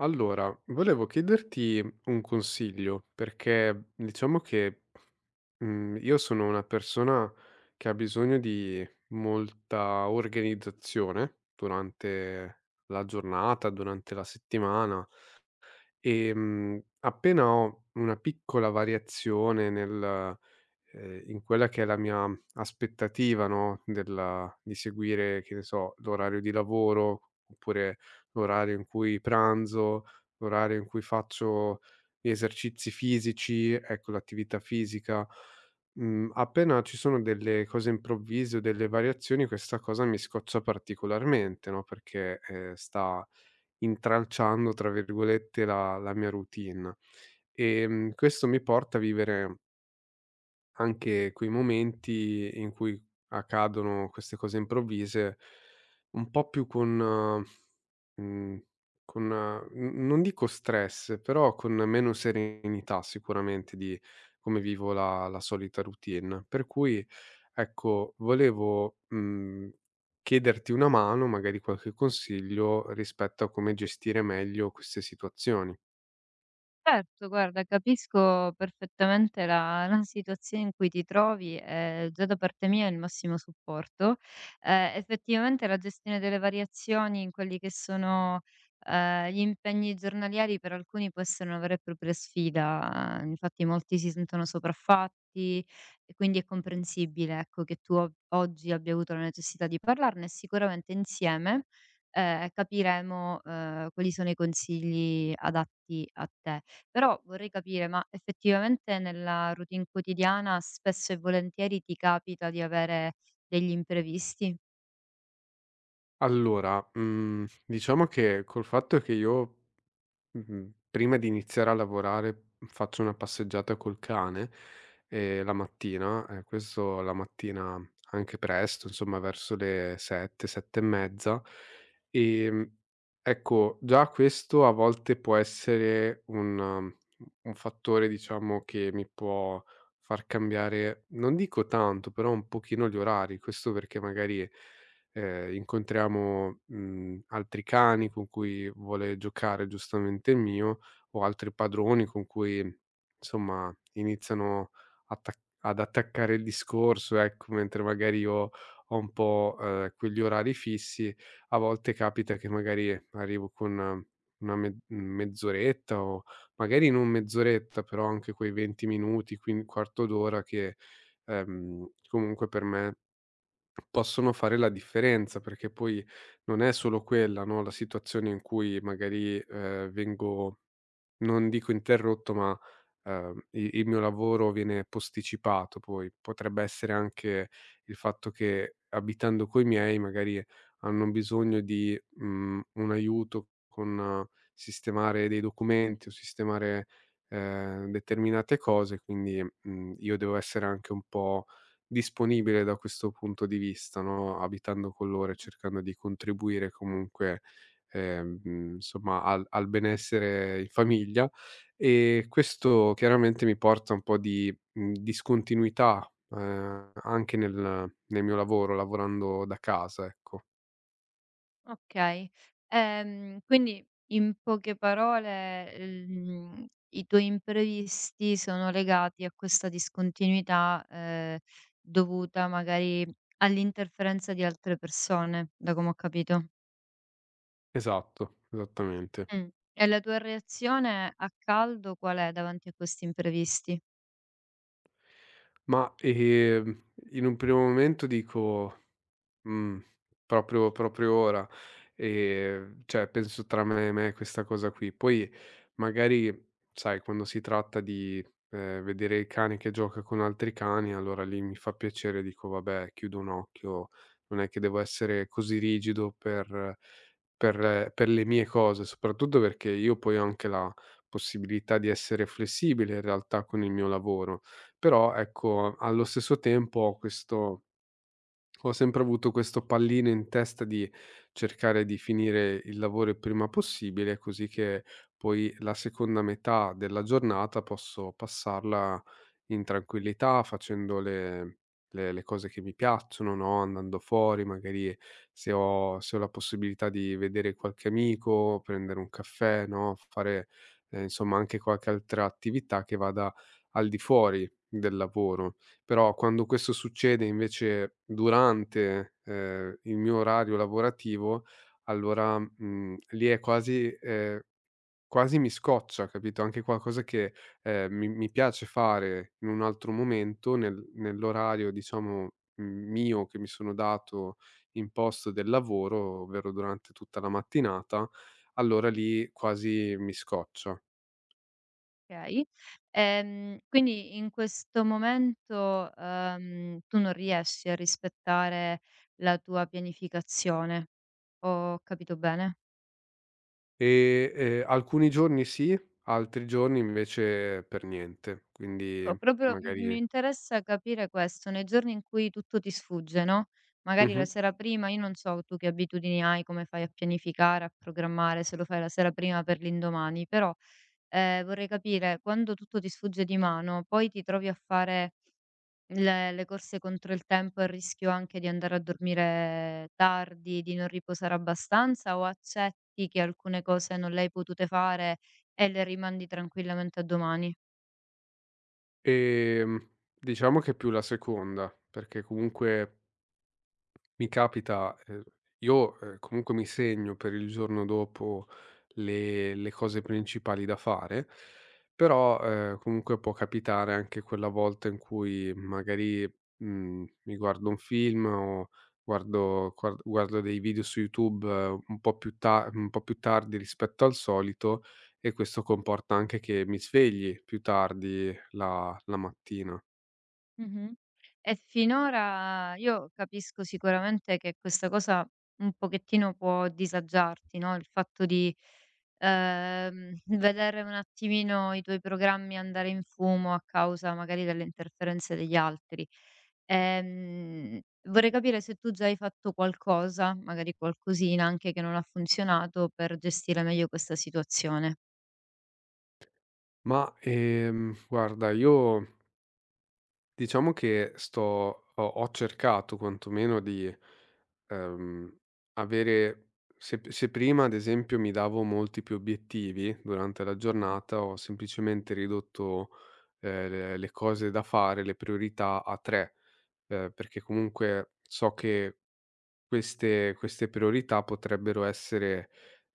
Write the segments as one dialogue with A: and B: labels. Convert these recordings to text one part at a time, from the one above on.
A: Allora, volevo chiederti un consiglio, perché diciamo che io sono una persona che ha bisogno di molta organizzazione durante la giornata, durante la settimana e appena ho una piccola variazione nel in quella che è la mia aspettativa, no, della di seguire, che ne so, l'orario di lavoro, oppure l'orario in cui pranzo, l'orario in cui faccio gli esercizi fisici, ecco, l'attività fisica. Mhmm, appena ci sono delle cose improvvise o delle variazioni, questa cosa mi scoccia particolarmente, no, perché, sta "intralciando", tra virgolette, la mia routine. Questo mi porta a vivere anche quei momenti in cui accadono queste cose improvvise, un po' più con eh, mhmm, con n non dico stress, però con meno serenità sicuramente di come vivo la solita routine. Per cui, ecco, volevo, chiederti una mano, magari qualche consiglio rispetto a come gestire meglio queste situazioni.
B: Certo, guarda, capisco perfettamente la situazione in cui ti trovi e già da parte mia è il massimo supporto. Effettivamente la gestione delle variazioni in quelli che sono, gli impegni giornalieri per alcuni può essere una vera e propria sfida, infatti molti si sentono sopraffatti e quindi è comprensibile, ecco, che tu o oggi abbia avuto la necessità di parlarne e sicuramente insieme, capiremo, quali sono i consigli adatti a te. Però vorrei capire, ma effettivamente nella routine quotidiana spesso e volentieri ti capita di avere degli imprevisti?
A: Allora, diciamo che col fatto che io Mh-mh. Prima di iniziare a lavorare faccio una passeggiata col cane, la mattina, questo la mattina anche presto, insomma verso le 7, 7 e mezza. Ehm, ecco, già questo a volte può essere un un fattore diciamo che mi può far cambiare, non dico tanto, però un pochino gli orari. Questo perché magari incontriamo, altri cani con cui vuole giocare giustamente il mio, o altri padroni con cui, insomma, iniziano attac ad attaccare il discorso, ecco, mentre magari io ho un po', quegli orari fissi, a volte capita che magari arrivo con una me mezz'oretta o magari non mezz'oretta, però anche quei 20 minuti, quin quarto d'ora che, comunque per me, possono fare la differenza, perché poi non è solo quella, no, la situazione in cui magari, vengo non dico interrotto, ma, i il mio lavoro viene posticipato poi. Potrebbe essere anche il fatto che abitando coi miei magari hanno bisogno di, un aiuto con sistemare dei documenti o sistemare, determinate cose, quindi, io devo essere anche un po' disponibile da questo punto di vista, no, abitando con loro e cercando di contribuire comunque insomma al benessere in famiglia, e questo chiaramente mi porta un po' di, discontinuità, anche nel mio lavoro, lavorando da casa, ecco.
B: Okay. Quindi in poche parole, i tuoi imprevisti sono legati a questa discontinuità, dovuta magari all'interferenza di altre persone, da come ho capito.
A: Esatto, esattamente.
B: Mh. E la tua reazione a caldo qual è davanti a questi imprevisti?
A: Ma, in un primo momento dico: "Mh, proprio ora". Cioè penso tra me e me questa cosa qui. Poi magari, sai, quando si tratta di, vedere il cane che gioca con altri cani, allora lì mi fa piacere, dico: "Vabbè, chiudo un occhio, non è che devo essere così rigido per per le mie cose", soprattutto perché io poi ho anche la possibilità di essere flessibile in realtà con il mio lavoro. Però ecco, allo stesso tempo ho sempre avuto questo pallino in testa di cercare di finire il lavoro il prima possibile, così che poi la seconda metà della giornata posso passarla in tranquillità facendo le cose che mi piacciono, no, andando fuori, magari se ho la possibilità di vedere qualche amico, prendere un caffè, no, fare, insomma anche qualche altra attività che vada al di fuori del lavoro. Però quando questo succede invece durante, il mio orario lavorativo, allora, lì è quasi mi scoccia, capito? Anche qualcosa che, mi piace fare in un altro momento, nell'orario diciamo, mio che mi sono dato imposto del lavoro, ovvero durante tutta la mattinata, allora lì quasi mi scoccia.
B: Okay. Quindi in questo momento, tu non riesci a rispettare la tua pianificazione. Ho capito bene?
A: Alcuni giorni sì, altri giorni invece per niente,
B: Ecco,
A: quindi
B: proprio mi
A: magari
B: mi interessa capire questo, nei giorni in cui tutto ti sfugge, no, magari la
A: mh-mh.
B: sera prima io non so tu che abitudini hai, come fai a pianificare, a programmare, se lo fai la sera prima per l'indomani, però, vorrei capire quando tutto ti sfugge di mano, poi ti trovi a fare le corse contro il tempo e il rischio anche di andare a dormire tardi, di non riposare abbastanza o accetti che alcune cose non le hai potute fare e le rimandi tranquillamente a domani?
A: Diciamo che più la seconda, perché comunque mi capita, comunque mi segno per il giorno dopo le cose principali da fare, però, comunque può capitare anche quella volta in cui magari, mi guardo un film o guardo dei video su YouTube un po' più tardi rispetto al solito e questo comporta anche che mi svegli più tardi la mattina.
B: Mh-mh. E finora io capisco sicuramente che questa cosa un pochettino può disagiarti, no, il fatto di, ehm, vedere un attimino i tuoi programmi andare in fumo a causa magari delle interferenze degli altri. Ehm, Vorrei capire se tu già hai fatto qualcosa, magari qualcosina anche che non ha funzionato, per gestire meglio questa situazione.
A: Ma, guarda io diciamo che sto ho cercato quantomeno di, ehm, avere se prima, ad esempio, mi davo molti più obiettivi durante la giornata, ho semplicemente ridotto, le cose da fare, le priorità a 3, perché comunque so che queste priorità potrebbero essere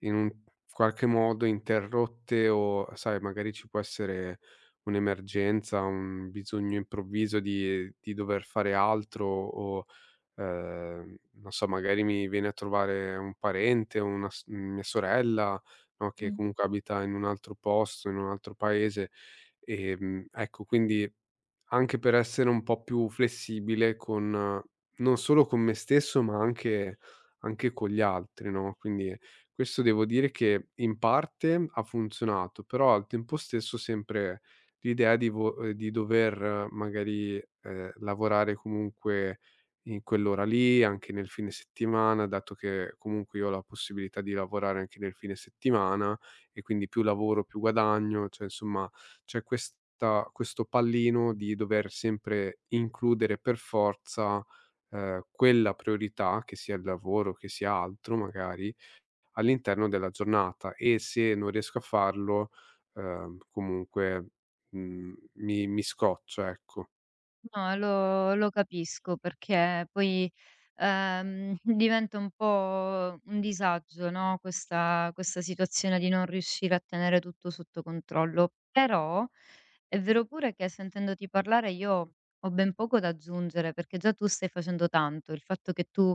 A: in un qualche modo interrotte o, sai, magari ci può essere un'emergenza, un bisogno improvviso di dover fare altro o, non so, magari mi viene a trovare un parente, una s mia sorella, no, che
B: Mh.
A: comunque abita in un altro posto, in un altro paese. Ecco, quindi anche per essere un po' più flessibile con non solo con me stesso, ma anche con gli altri, no, quindi questo devo dire che in parte ha funzionato, però al tempo stesso sempre l'idea di dover magari, lavorare comunque in quell'ora lì, anche nel fine settimana, dato che comunque io ho la possibilità di lavorare anche nel fine settimana e quindi più lavoro più guadagno, cioè insomma c'è questa questo pallino di dover sempre includere per forza, quella priorità, che sia il lavoro, che sia altro magari, all'interno della giornata e se non riesco a farlo, comunque, mi scoccio, ecco.
B: No, lo capisco perché poi, diventa un po' un disagio, no, questa situazione di non riuscire a tenere tutto sotto controllo. Però è vero pure che sentendoti parlare io ho ben poco da aggiungere, perché già tu stai facendo tanto. Il fatto che tu,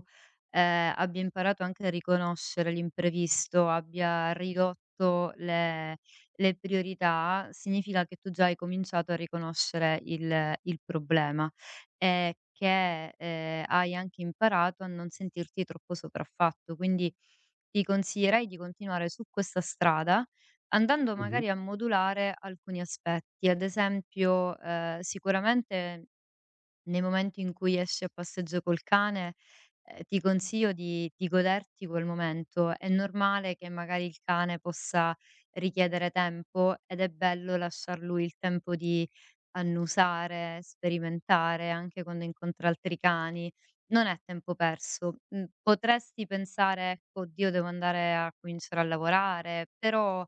B: abbia imparato anche a riconoscere l'imprevisto, abbia ridotto le priorità, significa che tu già hai cominciato a riconoscere il problema e che, hai anche imparato a non sentirti troppo sopraffatto. Quindi ti consiglierei di continuare su questa strada, andando
A: Mh-mh,
B: magari a modulare alcuni aspetti. Ad esempio, sicuramente nel momento in cui esci a passeggio col cane, ti consiglio di goderti quel momento. È normale che magari il cane possa richiedere tempo ed è bello lasciar lui il tempo di annusare, sperimentare, anche quando incontra altri cani. Non è tempo perso. Mhmm, potresti pensare: "Ecco, oddio devo andare a cominciare a lavorare", però,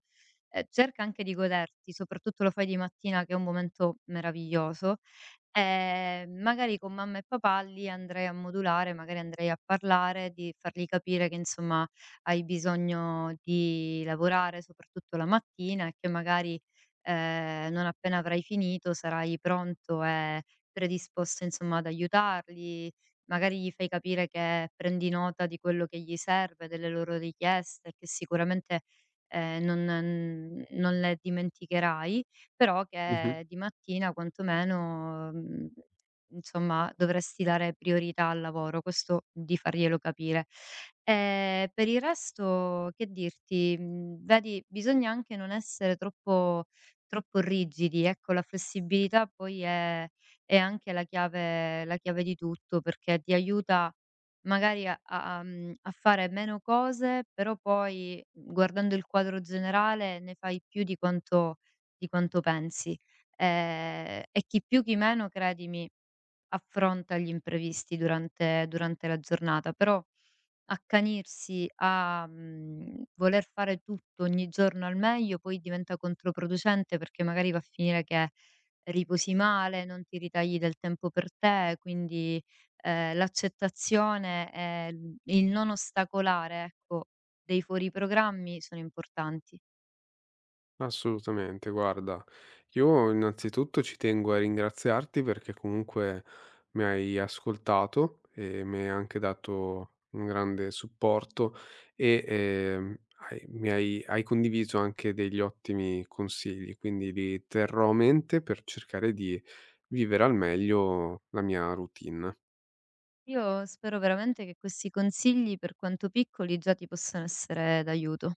B: cerca anche di goderti, soprattutto lo fai di mattina che è un momento meraviglioso. Magari con mamma e papà lì andrei a modulare, magari andrei a parlare, di fargli capire che insomma hai bisogno di lavorare soprattutto la mattina e che magari, non appena avrai finito sarai pronto e predisposto insomma ad aiutarli. Magari gli fai capire che prendi nota di quello che gli serve, delle loro richieste, che sicuramente, non le dimenticherai però
A: mh-mh.
B: che di mattina quantomeno, mhmm, insomma, dovresti dare priorità al lavoro, questo di farglielo capire. Per il resto che dirti, mhmm, vedi bisogna anche non essere troppo rigidi, ecco la flessibilità poi è anche la chiave di tutto, perché ti aiuta magari a mhmm, a fare meno cose, però poi mhmm, guardando il quadro generale ne fai più di quanto pensi. E chi più chi meno, credimi, affronta gli imprevisti durante la giornata, però accanirsi a, mhmm, voler fare tutto ogni giorno al meglio poi diventa controproducente perché magari va a finire che riposi male, non ti ritagli del tempo per te, quindi, l'accettazione e il non ostacolare, ecco, dei fuori programmi sono importanti.
A: Assolutamente, guarda, io innanzitutto ci tengo a ringraziarti perché comunque mi hai ascoltato e mi hai anche dato un grande supporto e hai condiviso anche degli ottimi consigli, quindi li terrò a mente per cercare di vivere al meglio la mia routine.
B: Io spero veramente che questi consigli, per quanto piccoli, già ti possano essere d'aiuto.